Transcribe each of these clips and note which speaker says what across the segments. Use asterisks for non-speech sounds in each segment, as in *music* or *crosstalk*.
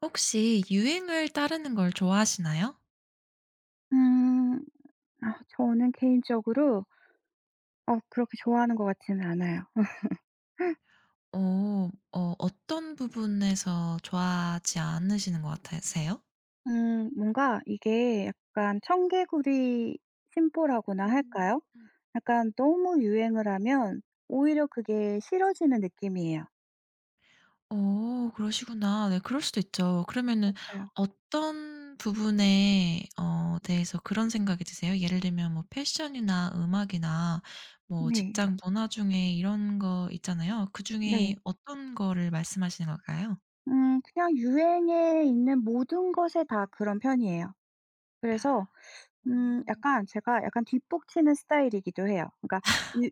Speaker 1: 혹시 유행을 따르는 걸 좋아하시나요?
Speaker 2: 음. 아 저는 개인적으로 그렇게 좋아하는 것 같지는 않아요.
Speaker 1: 어. 어 어떤 부분에서 좋아하지 않으시는 것 같으세요?
Speaker 2: 뭔가 이게 약간 청개구리 심보라고나
Speaker 1: 음.
Speaker 2: 할까요? 약간 너무 유행을 하면 오히려 그게 싫어지는 느낌이에요.
Speaker 1: 어 그러시구나. 네 그럴 수도 있죠. 그러면은
Speaker 2: 맞아요.
Speaker 1: 어떤 부분에 대해서 그런 생각이 드세요? 예를 들면 뭐 패션이나 음악이나 뭐
Speaker 2: 네.
Speaker 1: 직장 문화 중에 이런 거 있잖아요. 그중에
Speaker 2: 네.
Speaker 1: 어떤 거를 말씀하시는 걸까요?
Speaker 2: 그냥 유행에 있는 모든 것에 다 그런 편이에요. 그래서
Speaker 1: 어.
Speaker 2: 약간 제가 약간 뒷북치는 스타일이기도 해요. 그러니까 유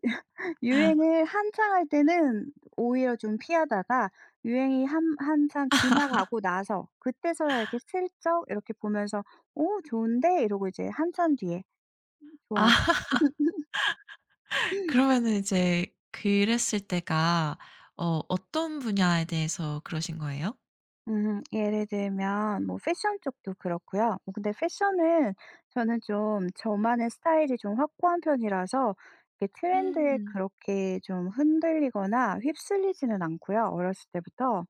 Speaker 1: *laughs*
Speaker 2: 유행을 한창 할 때는 오히려 좀 피하다가 유행이 한 한참 지나가고 나서 그때서야 이렇게 슬쩍 이렇게 보면서 '오 좋은데?' 이러고 이제 한참 뒤에 좋아하죠.
Speaker 1: 아. 그러면은 이제 그랬을 때가 어떤 분야에 대해서 그러신 거예요?
Speaker 2: 예를 들면 뭐 패션 쪽도 그렇고요. 뭐 근데 패션은 저는 좀 저만의 스타일이 좀 확고한 편이라서 이렇게 트렌드에
Speaker 1: 음.
Speaker 2: 그렇게 좀 흔들리거나 휩쓸리지는 않고요, 어렸을 때부터.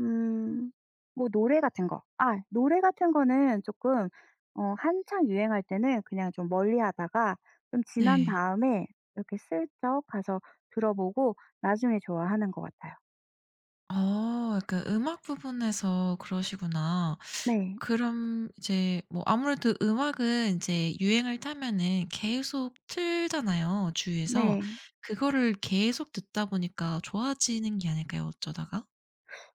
Speaker 2: 음. 뭐 노래 같은 거. 아 노래 같은 거는 조금 한창 유행할 때는 그냥 좀 멀리하다가 좀 지난
Speaker 1: 네.
Speaker 2: 다음에 이렇게 슬쩍 가서 들어보고 나중에 좋아하는 것 같아요.
Speaker 1: 어 약간 음악 부분에서 그러시구나.
Speaker 2: 네.
Speaker 1: 그럼 이제 뭐 아무래도 음악은 인제 유행을 타면은 계속 틀잖아요, 주위에서.
Speaker 2: 네.
Speaker 1: 그거를 계속 듣다 보니까 좋아지는 게 아닐까요, 어쩌다가?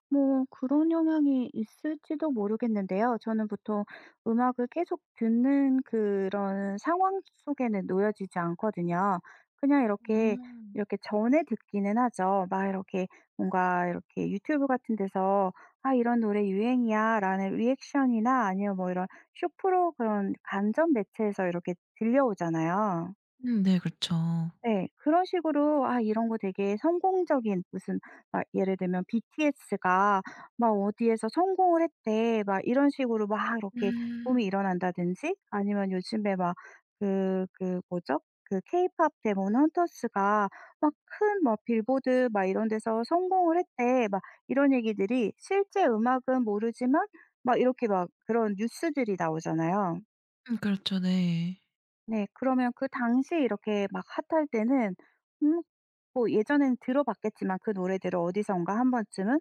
Speaker 2: 뭐 그런 영향이 있을지도 모르겠는데요. 저는 보통 음악을 계속 듣는 그런 상황 속에는 놓여지지 않거든요. 그냥 이렇게
Speaker 1: 음.
Speaker 2: 이렇게 전에 듣기는 하죠. 막 이렇게 뭔가 이렇게 유튜브 같은 데서 '아 이런 노래 유행이야.'라는 리액션이나 아니면 뭐 이런 쇼프로 그런 간접 매체에서 이렇게 들려오잖아요.
Speaker 1: 네 그렇죠.
Speaker 2: 네. 그런 식으로 아 이런 거 되게 성공적인 무슨 막 예를 들면 BTS가 막 어디에서 성공을 했대. 막 이런 식으로 막 이렇게 붐이
Speaker 1: 음.
Speaker 2: 일어난다든지 아니면 요즘에 막 그 뭐죠? 그 케이팝 데몬 헌터스가 막 큰 막 빌보드 막 이런 데서 성공을 했대. 막 이런 얘기들이 실제 음악은 모르지만 막 이렇게 막 그런 뉴스들이 나오잖아요.
Speaker 1: 그렇죠. 네.
Speaker 2: 네. 그러면 그 당시에 이렇게 막 핫할 때는 '음 뭐 예전엔 들어봤겠지만 그 노래들을 어디선가 한 번쯤은.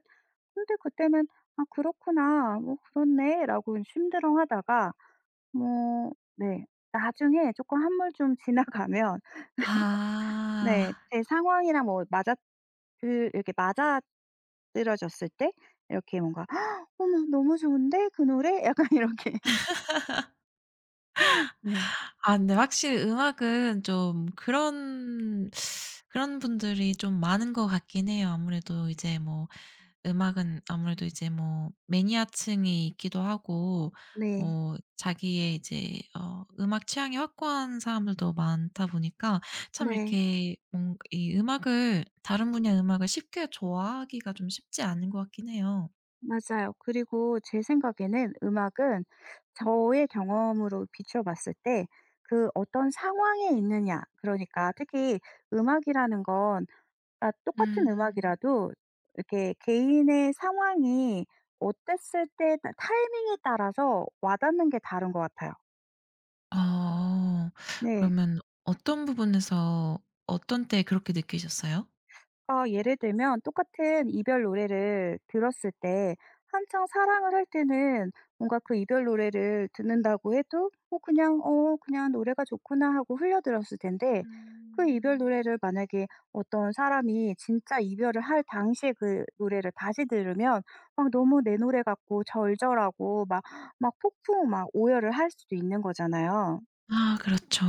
Speaker 2: 근데 그때는 '아 그렇구나. 뭐 그렇네.'라고 심드렁하다가 뭐 네 나중에 조금 한물 좀 *laughs* 지나가면 네
Speaker 1: 아.
Speaker 2: 제 상황이랑 뭐 맞아 그 이렇게 맞아떨어졌을 때 이렇게 뭔가 '어머 너무 좋은데 그 노래?' 약간 이렇게. *laughs* 네.
Speaker 1: 아 근데 확실히 음악은 좀 그런 그런 분들이 좀 많은 것 같긴 해요. 아무래도 이제 뭐 음악은 아무래도 이제 뭐 매니아층이 있기도 하고
Speaker 2: 네.
Speaker 1: 뭐 자기의 이제 음악 취향이 확고한 사람들도 많다 보니까 참
Speaker 2: 네.
Speaker 1: 이렇게 뭔 이 음악을 다른 분야의 음악을 쉽게 좋아하기가 좀 쉽지 않은 것 같긴 해요.
Speaker 2: 맞아요. 그리고 제 생각에는 음악은 저의 경험으로 비춰봤을 때 그 어떤 상황에 있느냐, 그러니까 특히 음악이라는 건 아, 똑같은
Speaker 1: 음.
Speaker 2: 음악이라도 이렇게 개인의 상황이 어땠을 때 타이밍에 따라서 와닿는 게 다른 것 같아요.
Speaker 1: 아.
Speaker 2: 네.
Speaker 1: 그러면 어떤 부분에서 어떤 때 그렇게 느끼셨어요?
Speaker 2: 아, 예를 들면 똑같은 이별 노래를 들었을 때 한창 사랑을 할 때는 뭔가 그 이별 노래를 듣는다고 해도 뭐 그냥 그냥 노래가 좋구나 하고 흘려들었을 텐데 그 이별
Speaker 1: 음.
Speaker 2: 노래를 만약에 어떤 사람이 진짜 이별을 할 당시에 그 노래를 다시 들으면 막 너무 내 노래 같고 절절하고 막 막 폭풍 막 오열을 할 수도 있는 거잖아요.
Speaker 1: 아 그렇죠.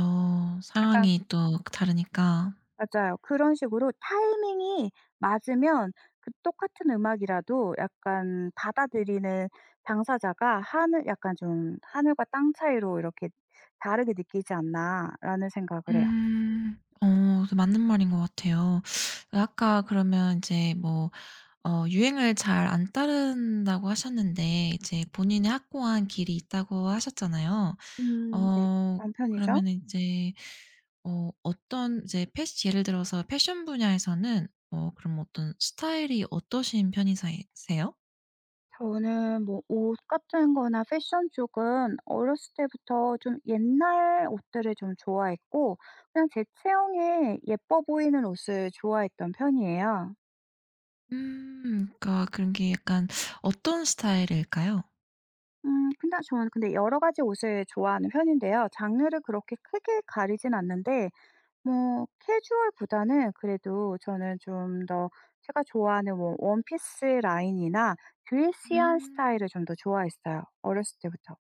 Speaker 2: 약간
Speaker 1: 상황이 또 다르니까.
Speaker 2: 맞아요. 그런 식으로 타이밍이 맞으면 그 똑같은 음악이라도 약간 받아들이는 당사자가 하늘 약간 좀 '하늘과 땅 차이로 이렇게 다르게 느끼지 않나.'라는 생각을 해요.
Speaker 1: 음. 어 그 맞는 말인 것 같아요. 아까 그러면 인제 뭐 유행을 잘 안 따른다고 하셨는데 이제 본인의 확고한 길이 있다고 하셨잖아요.
Speaker 2: 네.
Speaker 1: 어
Speaker 2: 남편이죠.
Speaker 1: 그러면은 인제 어 어떤 이제 패시 예를 들어서 패션 분야에서는 어 그럼 어떤 스타일이 어떠신 편이 세요?
Speaker 2: 저는 뭐 옷 같은 거나 패션 쪽은 어렸을 때부터 좀 옛날 옷들을 좀 좋아했고 그냥 제 체형에 예뻐 보이는 옷을 좋아했던 편이에요.
Speaker 1: 음. 그러니까 그런 게 약간 어떤 스타일일까요?
Speaker 2: 근데 저는 근데 여러 가지 옷을 좋아하는 편인데요. 장르를 그렇게 크게 가리진 않는데 뭐 캐주얼보다는 그래도 저는 좀 더 제가 좋아하는 뭐 원피스 라인이나 드레시한
Speaker 1: 음.
Speaker 2: 스타일을 좀 더 좋아했어요, 어렸을 때부터.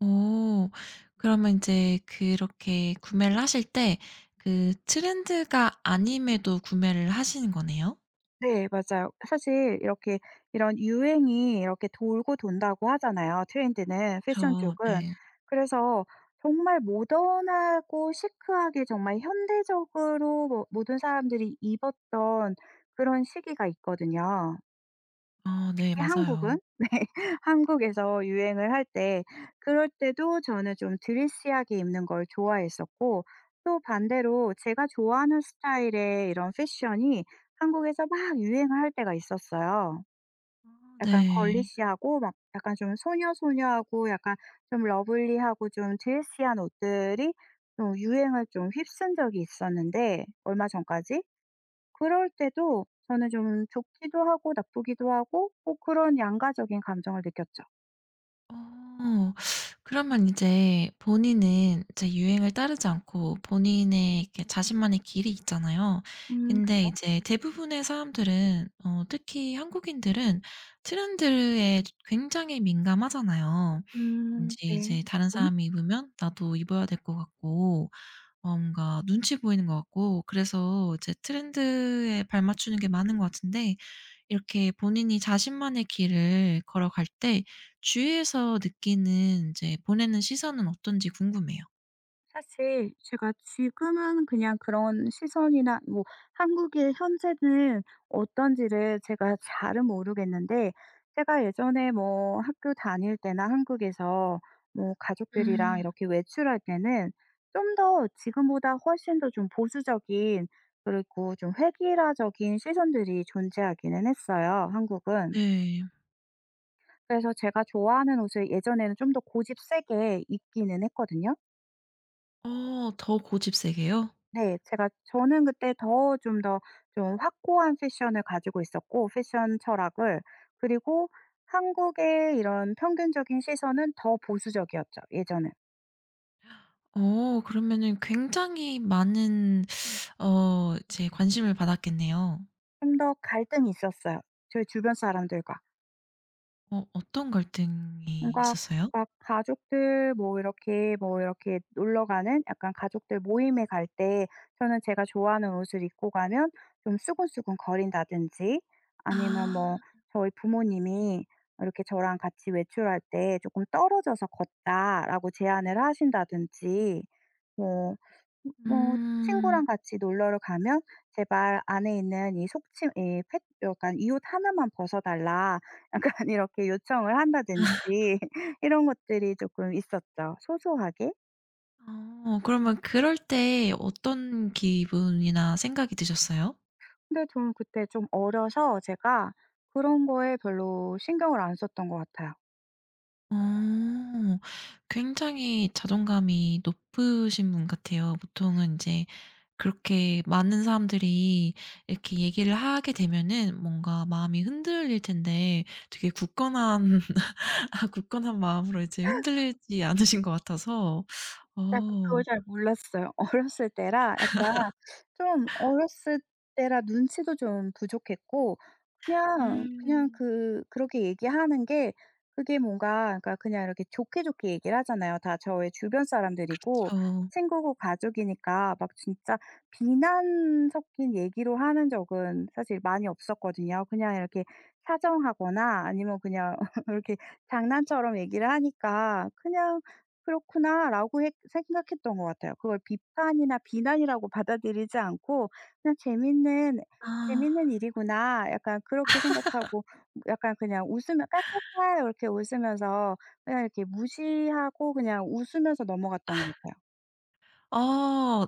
Speaker 1: 오... 그러면 이제 그렇게 구매를 하실 때 그 트렌드가 아님에도 구매를 하시는 거네요?
Speaker 2: 네 맞아요. 사실 이렇게 이런 유행이 이렇게 돌고 돈다고 하잖아요 트렌드는 패션
Speaker 1: 그
Speaker 2: 쪽은.
Speaker 1: 네.
Speaker 2: 그래서 정말 모던하고 시크하게 정말 현대적으로 뭐 모든 사람들이 입었던 그런 시기가 있거든요.
Speaker 1: 아 네.
Speaker 2: 한국은
Speaker 1: 맞아요.
Speaker 2: *laughs* 네 한국에서 유행을 할 때 그럴 때도 저는 좀 드리시하게 입는 걸 좋아했었고 또 반대로 제가 좋아하는 스타일의 이런 패션이 한국에서 막 유행을 할 때가 있었어요.
Speaker 1: 아
Speaker 2: 약간
Speaker 1: 네.
Speaker 2: 걸리시하고 막 약간 좀 소녀소녀하고 약간 좀 러블리하고 좀 드리시한 옷들이 좀 유행을 좀 휩쓴 적이 있었는데 얼마 전까지. 그럴 때도 저는 좀 좋기도 하고 나쁘기도 하고 뭐 그런 양가적인 감정을 느꼈죠.
Speaker 1: 어. 그러면 이제 본인은 이제 유행을 따르지 않고 본인의 이렇게 자신만의 길이 있잖아요.
Speaker 2: 음.
Speaker 1: 근데
Speaker 2: 그죠?
Speaker 1: 이제 대부분의 사람들은 어 특히 한국인들은 트렌드에 굉장히 민감하잖아요.
Speaker 2: 음.
Speaker 1: 제
Speaker 2: 네.
Speaker 1: 이제 다른 사람이 입으면 나도 입어야 될 것 같고 어 뭔가 눈치 보이는 것 같고 그래서 이제 트렌드에 발맞추는 게 많은 것 같은데 이렇게 본인이 자신만의 길을 걸어갈 때 주위에서 느끼는 이제 보내는 시선은 어떤지 궁금해요.
Speaker 2: 사실 제가 지금은 그냥 그런 시선이나 뭐 한국의 현재는 어떤지를 제가 잘은 모르겠는데 제가 예전에 뭐 학교 다닐 때나 한국에서 뭐 가족들이랑
Speaker 1: 음.
Speaker 2: 이렇게 외출할 때는 좀 더 지금보다 훨씬 더 좀 보수적인 그리고 좀 획일화적인 시선들이 존재하기는 했어요, 한국은.
Speaker 1: 네.
Speaker 2: 그래서 제가 좋아하는 옷을 예전에는 좀 더 고집 세게 입기는 했거든요.
Speaker 1: 어 더 고집 세게요?
Speaker 2: 네. 제가 저는 그때 더 좀 더 좀 확고한 패션을 가지고 있었고 패션 철학을. 그리고 한국의 이런 평균적인 시선은 더 보수적이었죠 예전엔.
Speaker 1: 어 그러면은 굉장히 많은 이제 관심을 받았겠네요.
Speaker 2: 좀 더 갈등이 있었어요 저희 주변 사람들과.
Speaker 1: 어 어떤 갈등이
Speaker 2: 뭔가
Speaker 1: 있었어요?
Speaker 2: 막 가족들 뭐 이렇게 뭐 이렇게 놀러 가는 약간 가족들 모임에 갈 때 저는 제가 좋아하는 옷을 입고 가면 좀 수근수근 거린다든지 아니면 뭐
Speaker 1: 아.
Speaker 2: 저희 부모님이 이렇게 저랑 같이 외출할 때 조금 떨어져서 걷자."라고 제안을 하신다든지 뭐 뭐
Speaker 1: 음.
Speaker 2: 친구랑 같이 놀러를 가면 "제발 안에 있는 이 속침 이 팬 약간 이 옷 하나만 벗어 달라." *laughs* 약간 이렇게 요청을 한다든지 *laughs* 이런 것들이 조금 있었죠, 소소하게.
Speaker 1: 어 그러면 그럴 때 어떤 기분이나 생각이 드셨어요?
Speaker 2: 근데 좀 그때 좀 어려서 제가 그런 거에 별로 신경을 안 썼던 것 같아요.
Speaker 1: 어. 굉장히 자존감이 높으신 분 같아요. 보통은 이제 그렇게 많은 사람들이 이렇게 얘기를 하게 되면은 뭔가 마음이 흔들릴 텐데 되게 굳건한 *laughs* 굳건한 마음으로 이제 흔들리지 않으신 것 같아서
Speaker 2: 약간
Speaker 1: 어.
Speaker 2: 그걸 잘 몰랐어요. *laughs* 어렸을 때라 약간 좀 어렸을 때라 눈치도 좀 부족했고 그냥
Speaker 1: 음.
Speaker 2: 그 그렇게 얘기하는 게 그게 뭔가 그러니까 그냥 이렇게 좋게 좋게 얘기를 하잖아요. 다 저의 주변 사람들이고
Speaker 1: 그렇죠.
Speaker 2: 친구고 가족이니까 막 진짜 비난 섞인 얘기로 하는 적은 사실 많이 없었거든요. 그냥 이렇게 사정하거나 아니면 그냥 *laughs* 이렇게 장난처럼 얘기를 하니까 그냥 '그렇구나.'라고 생각했던 것 같아요. 그걸 비판이나 비난이라고 받아들이지 않고 그냥 '재밌는
Speaker 1: 아.
Speaker 2: 일이구나.' 약간 그렇게 생각하고 약간 그냥 웃으면 깔깔깔 이렇게 웃으면서 그냥 이렇게 무시하고 그냥 웃으면서 넘어갔던 것 같아요.
Speaker 1: 어.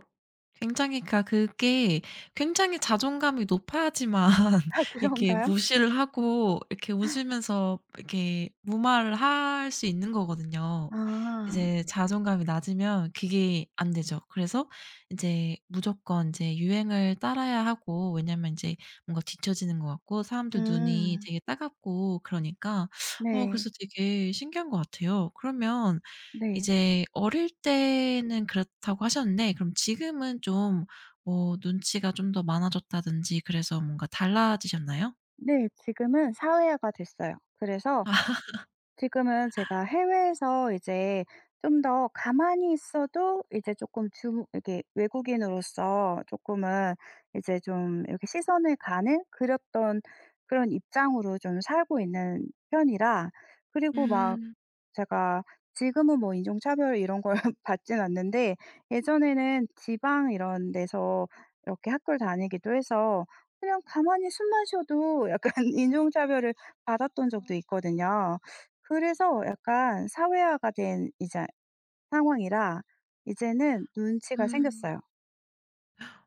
Speaker 1: 굉장히 그러니까 그게 굉장히 자존감이 높아야지만
Speaker 2: *laughs*
Speaker 1: *laughs*
Speaker 2: 아
Speaker 1: 이렇게
Speaker 2: 그런가요?
Speaker 1: 무시를 하고 이렇게 웃으면서 이렇게 무마를 할 수 있는 거거든요.
Speaker 2: 아.
Speaker 1: 이제 자존감이 낮으면 그게 안 되죠. 그래서 이제 무조건 이제 유행을 따라야 하고 왜냐면 이제 뭔가 뒤처지는 것 같고 사람들 눈이
Speaker 2: 음.
Speaker 1: 되게 따갑고 그러니까 어
Speaker 2: 네.
Speaker 1: 그래서 되게 신기한 것 같아요. 그러면
Speaker 2: 네.
Speaker 1: 이제 어릴 때는 그렇다고 하셨는데 그럼 지금은 좀 뭐 눈치가 좀 더 많아졌다든지 그래서 뭔가 달라지셨나요?
Speaker 2: 네. 지금은 사회화가 됐어요. 그래서
Speaker 1: 아.
Speaker 2: 지금은 제가 해외에서 이제 좀 더 가만히 있어도 이제 조금 주 이렇게 외국인으로서 조금은 이제 좀 이렇게 시선을 가는 그랬던 그런 입장으로 좀 살고 있는 편이라 그리고 막
Speaker 1: 음.
Speaker 2: 제가 지금은 뭐 인종차별 이런 걸 *laughs* 받진 않는데 예전에는 지방 이런 데서 이렇게 학교를 다니기도 해서 그냥 가만히 숨만 쉬어도 약간 *laughs* 인종차별을 받았던 적도 있거든요. 그래서 약간 사회화가 된 이제 상황이라 이제는 눈치가
Speaker 1: 음.
Speaker 2: 생겼어요.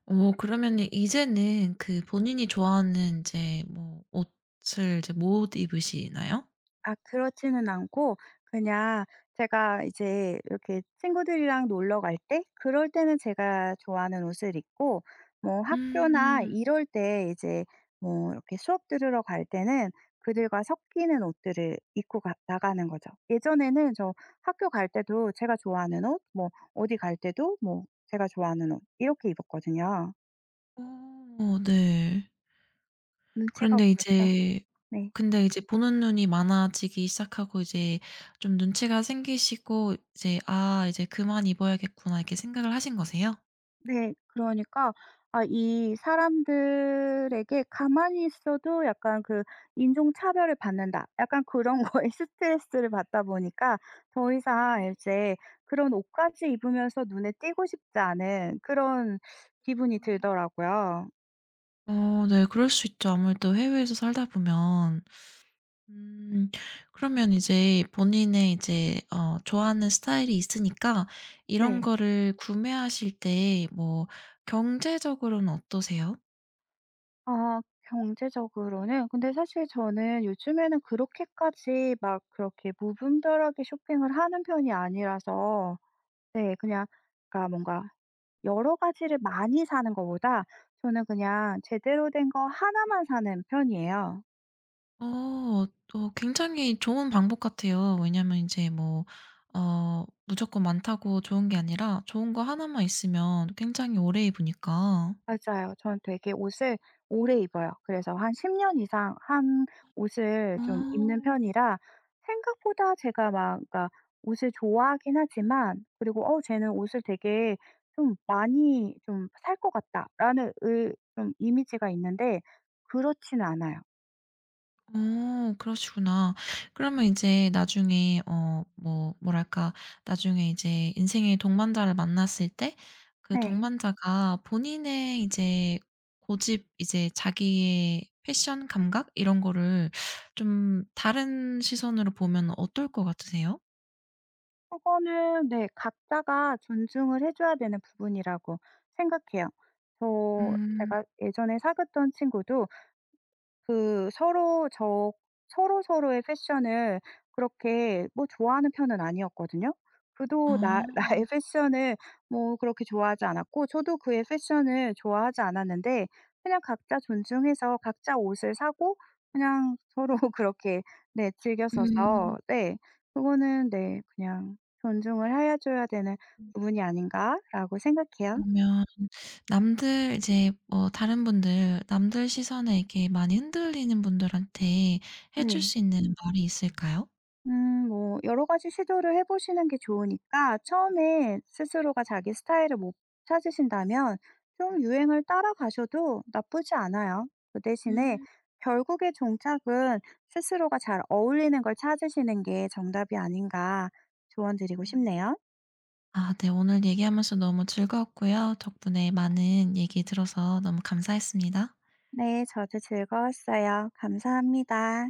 Speaker 1: 어 그러면은 이제는 그 본인이 좋아하는 인제 뭐 옷을 이제 못 입으시나요?
Speaker 2: 아 그렇지는 않고 그냥 제가 이제 이렇게 친구들이랑 놀러 갈 때 그럴 때는 제가 좋아하는 옷을 입고 뭐 학교나
Speaker 1: 음.
Speaker 2: 이럴 때 이제 뭐 이렇게 수업 들으러 갈 때는 그들과 섞이는 옷들을 입고 가 나가는 거죠. 예전에는 저 학교 갈 때도 제가 좋아하는 옷, 뭐 어디 갈 때도 뭐 제가 좋아하는 옷 이렇게 입었거든요.
Speaker 1: 어 네.
Speaker 2: 눈치가
Speaker 1: 그런데
Speaker 2: 없었죠.
Speaker 1: 이제
Speaker 2: 네.
Speaker 1: 근데 이제 보는 눈이 많아지기 시작하고 이제 좀 눈치가 생기시고 이제 '아 이제 그만 입어야겠구나.' 이렇게 생각을 하신 거세요?
Speaker 2: 네. 그러니까 아 이 사람들에게 '가만히 있어도 약간 그 인종차별을 받는다.' 약간 그런 *laughs* 거에 스트레스를 받다 보니까 더 이상
Speaker 1: 음
Speaker 2: 이제 그런 옷까지 입으면서 눈에 띄고 싶지 않은 그런 기분이
Speaker 1: 음.
Speaker 2: 들더라고요.
Speaker 1: 어 네. 그럴 수 있죠. 아무래도 해외에서 살다 보면. 음 그러면 이제 본인의 이제 어 좋아하는 스타일이 있으니까 이런
Speaker 2: 네.
Speaker 1: 거를 구매하실 때 뭐 경제적으로는 어떠세요?
Speaker 2: 아 경제적으로는 근데 사실 저는 요즘에는 그렇게까지 막 그렇게 무분별하게 쇼핑을 하는 편이 아니라서 네. 그냥 그러니까 뭔가 여러 가지를 많이 사는 것보다 저는 그냥 제대로 된 거 하나만 사는 편이에요.
Speaker 1: 어. 또 굉장히 좋은 방법 같아요. 왜냐면 이제 뭐 무조건 많다고 좋은 게 아니라 좋은 거 하나만 있으면 굉장히 오래 입으니까.
Speaker 2: 맞아요. 저는 되게 옷을 오래 입어요. 그래서 한 10년 이상 한 옷을 좀 입는
Speaker 1: 어.
Speaker 2: 편이라 생각보다 제가 막 그러니까 옷을 좋아하긴 하지만 그리고 '어 쟤는 옷을 되게 좀 많이 좀 살 것 같다.'라는 의 좀 이미지가 있는데 그렇지는 않아요.
Speaker 1: 어 그러시구나. 그러면 이제 나중에 어 뭐 뭐랄까 나중에 이제 인생의 동반자를 만났을 때 그
Speaker 2: 네.
Speaker 1: 동반자가 본인의 이제 고집 이제 자기의 패션 감각 이런 거를 좀 다른 시선으로 보면 어떨 것 같으세요?
Speaker 2: 그거는 네 각자가 존중을 해 줘야 되는 부분이라고 생각해요. 저
Speaker 1: 음.
Speaker 2: 제가 예전에 사귀었던 친구도 그 서로 저 서로서로의 패션을 그렇게 뭐 좋아하는 편은 아니었거든요. 그도 나
Speaker 1: 아.
Speaker 2: *laughs* 나의 패션을 뭐 그렇게 좋아하지 않았고 저도 그의 패션을 좋아하지 않았는데 그냥 각자 존중해서 각자 옷을 사고 그냥 서로 *laughs* 그렇게 네
Speaker 1: 음.
Speaker 2: 즐겼어서 네 그거는 네 그냥 '존중을 해 줘야 되는 부분이 아닌가.'라고 생각해요.
Speaker 1: 그러면 남들 이제 뭐 다른 분들 남들 시선에 이렇게 많이 흔들리는 분들한테 해줄
Speaker 2: 네.
Speaker 1: 수 있는 말이 있을까요?
Speaker 2: 뭐, 여러 가지 시도를 해보시는 게 좋으니까, 처음에 스스로가 자기 스타일을 못 찾으신다면, 좀 유행을 따라가셔도 나쁘지 않아요. 그 대신에,
Speaker 1: 음.
Speaker 2: 결국의 종착은 스스로가 잘 어울리는 걸 찾으시는 게 정답이 아닌가 조언 드리고
Speaker 1: 음.
Speaker 2: 싶네요.
Speaker 1: 아 네. 오늘 얘기하면서 너무 즐거웠고요. 덕분에 많은 얘기 들어서 너무 감사했습니다.
Speaker 2: 네, 저도 즐거웠어요. 감사합니다.